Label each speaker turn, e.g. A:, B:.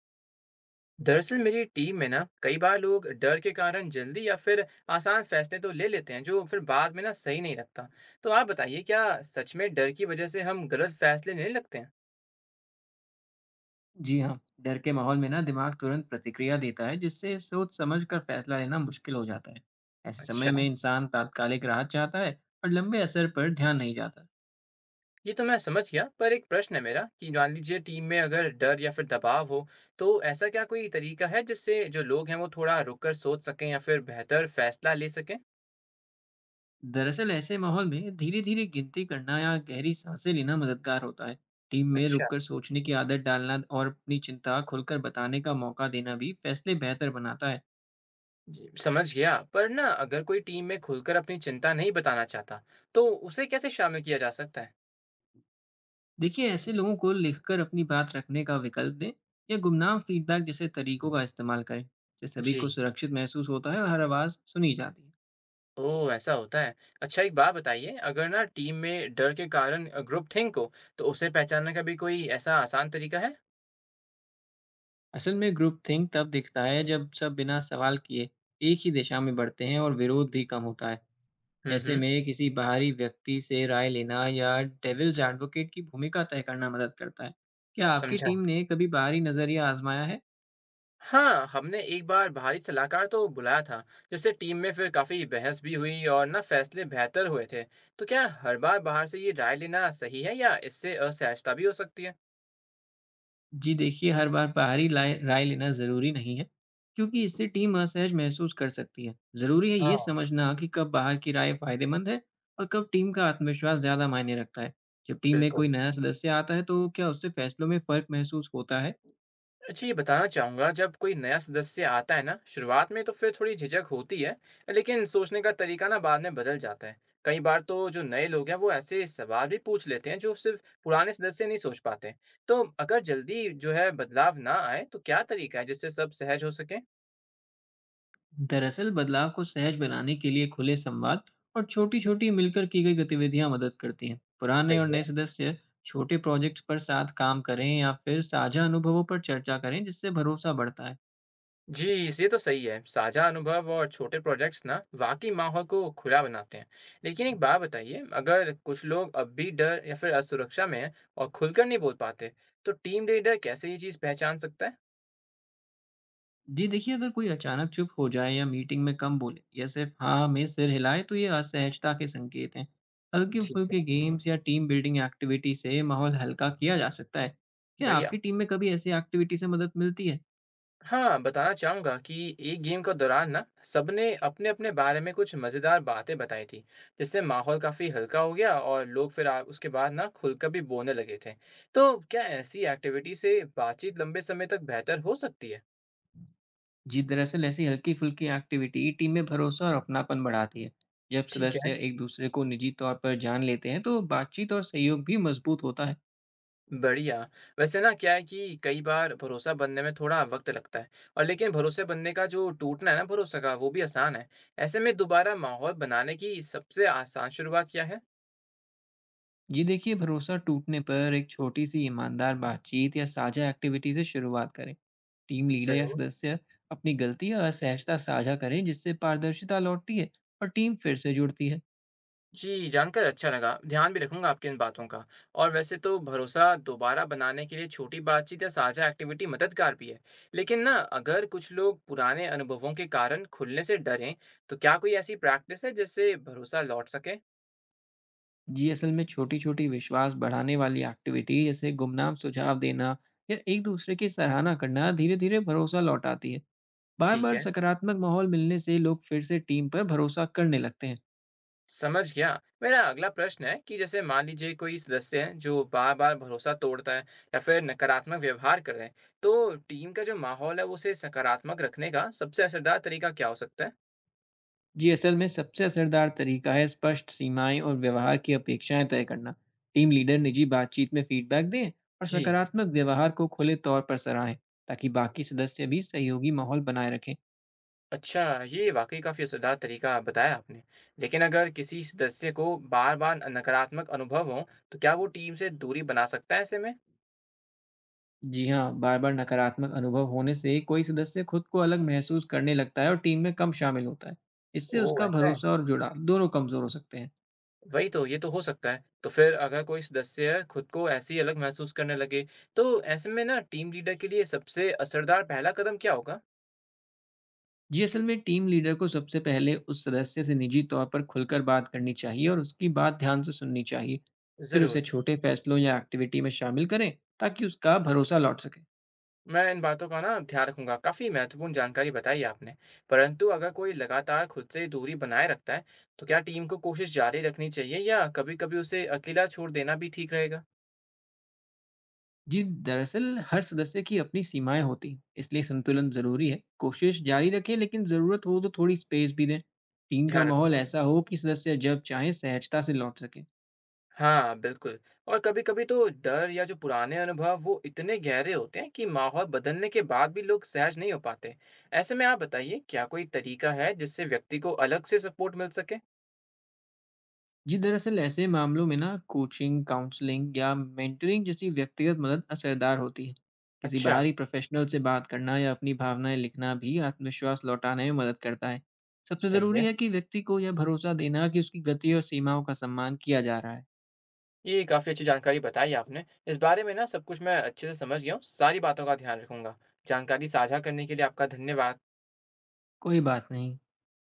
A: दरअसल मेरी टीम में ना कई बार लोग डर के कारण जल्दी या फिर आसान फैसले तो ले लेते हैं, जो फिर बाद में ना सही नहीं लगता। तो आप बताइए, क्या सच में डर की वजह से हम गलत फैसले लेने लगते हैं?
B: जी हाँ, डर के माहौल में ना दिमाग तुरंत प्रतिक्रिया देता है जिससे सोच समझ कर फैसला लेना मुश्किल हो जाता है। ऐसे
A: अच्छा,
B: समय में इंसान तात्कालिक राहत चाहता है और लंबे असर पर ध्यान नहीं जाता।
A: ये तो मैं समझ गया, पर एक प्रश्न है मेरा कि मान लीजिए टीम में अगर डर या फिर दबाव हो, तो ऐसा क्या कोई तरीका है जिससे जो लोग हैं वो थोड़ा रुक कर सोच सकें या फिर बेहतर फैसला ले सकें?
B: दरअसल ऐसे माहौल में धीरे धीरे गिनती करना या गहरी सांसें लेना मददगार होता है। टीम में
A: अच्छा।
B: रुककर सोचने की आदत डालना और अपनी चिंता खुलकर बताने का मौका देना भी फैसले बेहतर बनाता है।
A: जी समझ गया, पर ना अगर कोई टीम में खुलकर अपनी चिंता नहीं बताना चाहता, तो उसे कैसे शामिल किया जा सकता है?
B: देखिए, ऐसे लोगों को लिखकर अपनी बात रखने का विकल्प दें या गुमनाम फीडबैक जैसे तरीकों का इस्तेमाल करें। इससे सभी
A: जी।
B: को सुरक्षित महसूस होता है और हर आवाज़ सुनी जाती है।
A: ओह! ऐसा होता है। अच्छा, एक बात बताइए, अगर ना टीम में डर के कारण ग्रुप थिंक हो, तो उसे पहचानने का भी कोई ऐसा आसान तरीका है?
B: असल में ग्रुप थिंक तब दिखता है जब सब बिना सवाल किए एक ही दिशा में बढ़ते हैं और विरोध भी कम होता है।
A: हुँ,
B: ऐसे
A: हुँ,
B: में किसी बाहरी व्यक्ति से राय लेना या डेविल्स एडवोकेट की भूमिका तय करना मदद करता है। क्या आपकी
A: समझा।
B: टीम ने कभी बाहरी नजरिया आजमाया है?
A: हाँ, हमने एक बार बाहरी सलाहकार तो बुलाया था, जिससे टीम में फिर काफ़ी बहस भी हुई और ना फैसले बेहतर हुए थे। तो क्या हर बार बाहर से ये राय लेना सही है या इससे असहजता भी हो सकती है?
B: जी देखिए, हर बार बाहरी लाय राय लेना ज़रूरी नहीं है, क्योंकि इससे टीम असहज महसूस कर सकती है। ज़रूरी है ये
A: हाँ,
B: समझना कि कब बाहर की राय फ़ायदेमंद है और कब टीम का आत्मविश्वास ज़्यादा मायने रखता है। जब टीम में
A: बिल्कुल।
B: कोई नया सदस्य आता है, तो क्या उससे फैसलों में फ़र्क महसूस होता है?
A: जी बताना चाहूँगा, जब कोई नया सदस्य आता है ना, शुरुआत में तो फिर थोड़ी झिझक होती है, लेकिन सोचने का तरीका ना बाद में बदल जाता है। कई बार तो जो नए लोग हैं वो ऐसे सवाल भी पूछ लेते हैं जो सिर्फ पुराने सदस्य नहीं सोच पाते। तो अगर जल्दी जो है बदलाव ना आए, तो क्या तरीका है जिससे सब सहज हो सके?
B: दरअसल, बदलाव को सहज बनाने के लिए खुले संवाद और छोटी-छोटी मिलकर की गई गतिविधियाँ मदद करती हैं।
A: सही
B: पुराने और
A: है।
B: नए सदस्य छोटे प्रोजेक्ट्स पर साथ काम करें या फिर साझा अनुभवों पर चर्चा करें, जिससे भरोसा बढ़ता है।
A: जी, ये तो सही है, साझा अनुभव और छोटे प्रोजेक्ट्स ना वाकई माहौल को खुला बनाते हैं। लेकिन एक बात बताइए, अगर कुछ लोग अब भी डर या फिर असुरक्षा में हैं और खुलकर नहीं बोल पाते, तो टीम लीडर कैसे ये चीज़ पहचान सकता है?
B: जी देखिए, अगर कोई अचानक चुप हो जाए या मीटिंग में कम बोले या सिर्फ हाँ में सिर हिलाए तो ये असहजता के संकेत हैं।
A: ठीक है।
B: हल्के-फुल्के गेम्स या टीम बिल्डिंग एक्टिविटी से माहौल हल्का किया जा सकता है। क्या
A: बढ़िया।
B: आपकी टीम में कभी ऐसी एक्टिविटी से मदद मिलती है?
A: हाँ, बताना चाहूंगा कि एक गेम के दौरान ना सबने अपने अपने बारे में कुछ मजेदार बातें बताई थी, जिससे माहौल काफी हल्का हो गया और लोग फिर उसके बाद ना खुलकर भी बोलने लगे थे। तो क्या ऐसी एक्टिविटी से बातचीत लंबे समय तक बेहतर हो सकती है?
B: जी, दरअसल ऐसी हल्की-फुल्की एक्टिविटी टीम में भरोसा और अपनापन बढ़ाती है। जब
A: ठीक है।
B: सदस्य एक दूसरे को निजी तौर पर जान लेते हैं तो बातचीत और सहयोग भी मजबूत होता है।
A: बढ़िया। वैसे ना क्या है कि कई बार भरोसा बनने में थोड़ा वक़्त लगता है, और लेकिन भरोसे बनने का जो टूटना है ना भरोसा का, वो भी आसान है। ऐसे में दोबारा माहौल बनाने की सबसे आसान शुरुआत क्या है?
B: जी देखिए, भरोसा टूटने पर एक छोटी-सी ईमानदार बातचीत या साझा एक्टिविटी से शुरुआत करें। टीम लीडर या
A: ज़रूर।
B: सदस्य अपनी गलती और असहजता साझा करें जिससे पारदर्शिता लौटती है और टीम फिर से जुड़ती है।
A: जी, जानकर अच्छा लगा। ध्यान भी रखूँगा आपकी इन बातों का। और वैसे तो भरोसा दोबारा बनाने के लिए छोटी बातचीत या साझा एक्टिविटी मददगार भी है। लेकिन ना, अगर कुछ लोग पुराने अनुभवों के कारण खुलने से डरें, तो क्या कोई ऐसी प्रैक्टिस है जिससे भरोसा लौट सके?
B: जी असल में छोटी छोटी विश्वास बढ़ाने वाली एक्टिविटी जैसे गुमनाम सुझाव देना या एक दूसरे की सराहना करना धीरे धीरे भरोसा लौटाती है। बार
A: ठीक
B: बार
A: है।
B: सकारात्मक माहौल मिलने से लोग फिर से टीम पर भरोसा करने लगते हैं।
A: समझ गया। मेरा अगला प्रश्न है कि जैसे मान लीजिए कोई सदस्य है जो बार बार भरोसा तोड़ता है या फिर नकारात्मक व्यवहार कर रहे हैं, तो टीम का जो माहौल है उसे सकारात्मक रखने का सबसे असरदार तरीका क्या हो सकता है?
B: जी असल में सबसे असरदार तरीका है स्पष्ट सीमाएं और व्यवहार की अपेक्षाएं तय करना। टीम लीडर निजी बातचीत में फीडबैक दें और
A: जी।
B: सकारात्मक व्यवहार को खुले तौर पर सराहें ताकि बाकी सदस्य भी सहयोगी माहौल बनाए रखें।
A: अच्छा, ये वाकई काफी असरदार तरीका बताया आपने। लेकिन अगर किसी सदस्य को बार बार नकारात्मक अनुभव हो, तो क्या वो टीम से दूरी बना सकता है ऐसे में?
B: जी हाँ, बार बार नकारात्मक अनुभव होने से कोई सदस्य खुद को अलग महसूस करने लगता है और टीम में कम शामिल होता है। इससे
A: ओह,
B: उसका
A: ऐसा है।
B: भरोसा और जुड़ाव दोनों कमजोर हो सकते हैं।
A: वही तो, ये तो हो सकता है। तो फिर अगर कोई सदस्य खुद को ऐसे ही अलग महसूस करने लगे, तो ऐसे में ना टीम लीडर के लिए सबसे असरदार पहला कदम क्या होगा?
B: जी असल में टीम लीडर को सबसे पहले उस सदस्य से निजी तौर पर खुलकर बात करनी चाहिए और उसकी बात ध्यान से सुननी चाहिए। फिर उसे
A: ज़रूर,
B: छोटे फैसलों या एक्टिविटी में शामिल करें ताकि उसका भरोसा लौट सके।
A: मैं इन बातों का ना ध्यान रखूँगा। काफ़ी महत्वपूर्ण जानकारी बताई आपने। परंतु अगर कोई लगातार खुद से दूरी बनाए रखता है, तो क्या टीम को कोशिश जारी रखनी चाहिए, या कभी-कभी उसे अकेला छोड़ देना भी ठीक रहेगा?
B: जी दरअसल हर सदस्य की अपनी सीमाएं होती हैं, इसलिए संतुलन जरूरी है। कोशिश जारी रखें लेकिन ज़रूरत हो तो थोड़ी स्पेस भी दें। टीम का
A: ध्यान
B: माहौल
A: रखूँगा।
B: ऐसा हो कि सदस्य जब चाहें सहजता से लौट सके।
A: हाँ, बिल्कुल। और कभी-कभी तो डर या जो पुराने अनुभव, वो इतने गहरे होते हैं कि माहौल बदलने के बाद भी लोग सहज नहीं हो पाते। ऐसे में आप बताइए, क्या कोई तरीका है जिससे व्यक्ति को अलग से सपोर्ट मिल सके?
B: जी दरअसल ऐसे मामलों में ना कोचिंग, काउंसलिंग या मेंटरिंग जैसी व्यक्तिगत मदद असरदार होती है। किसी
A: अच्छा,
B: बाहरी प्रोफेशनल से बात करना या अपनी भावनाएं लिखना भी आत्मविश्वास लौटाने में मदद करता है। सबसे
A: सही है।
B: ज़रूरी है कि व्यक्ति को यह भरोसा देना कि उसकी गति और सीमाओं का सम्मान किया जा रहा है।
A: ये काफ़ी अच्छी जानकारी बताई आपने। इस बारे में ना सब कुछ मैं अच्छे से समझ गया हूँ। सारी बातों का ध्यान रखूँगा। जानकारी साझा करने के लिए आपका धन्यवाद।
B: कोई बात नहीं।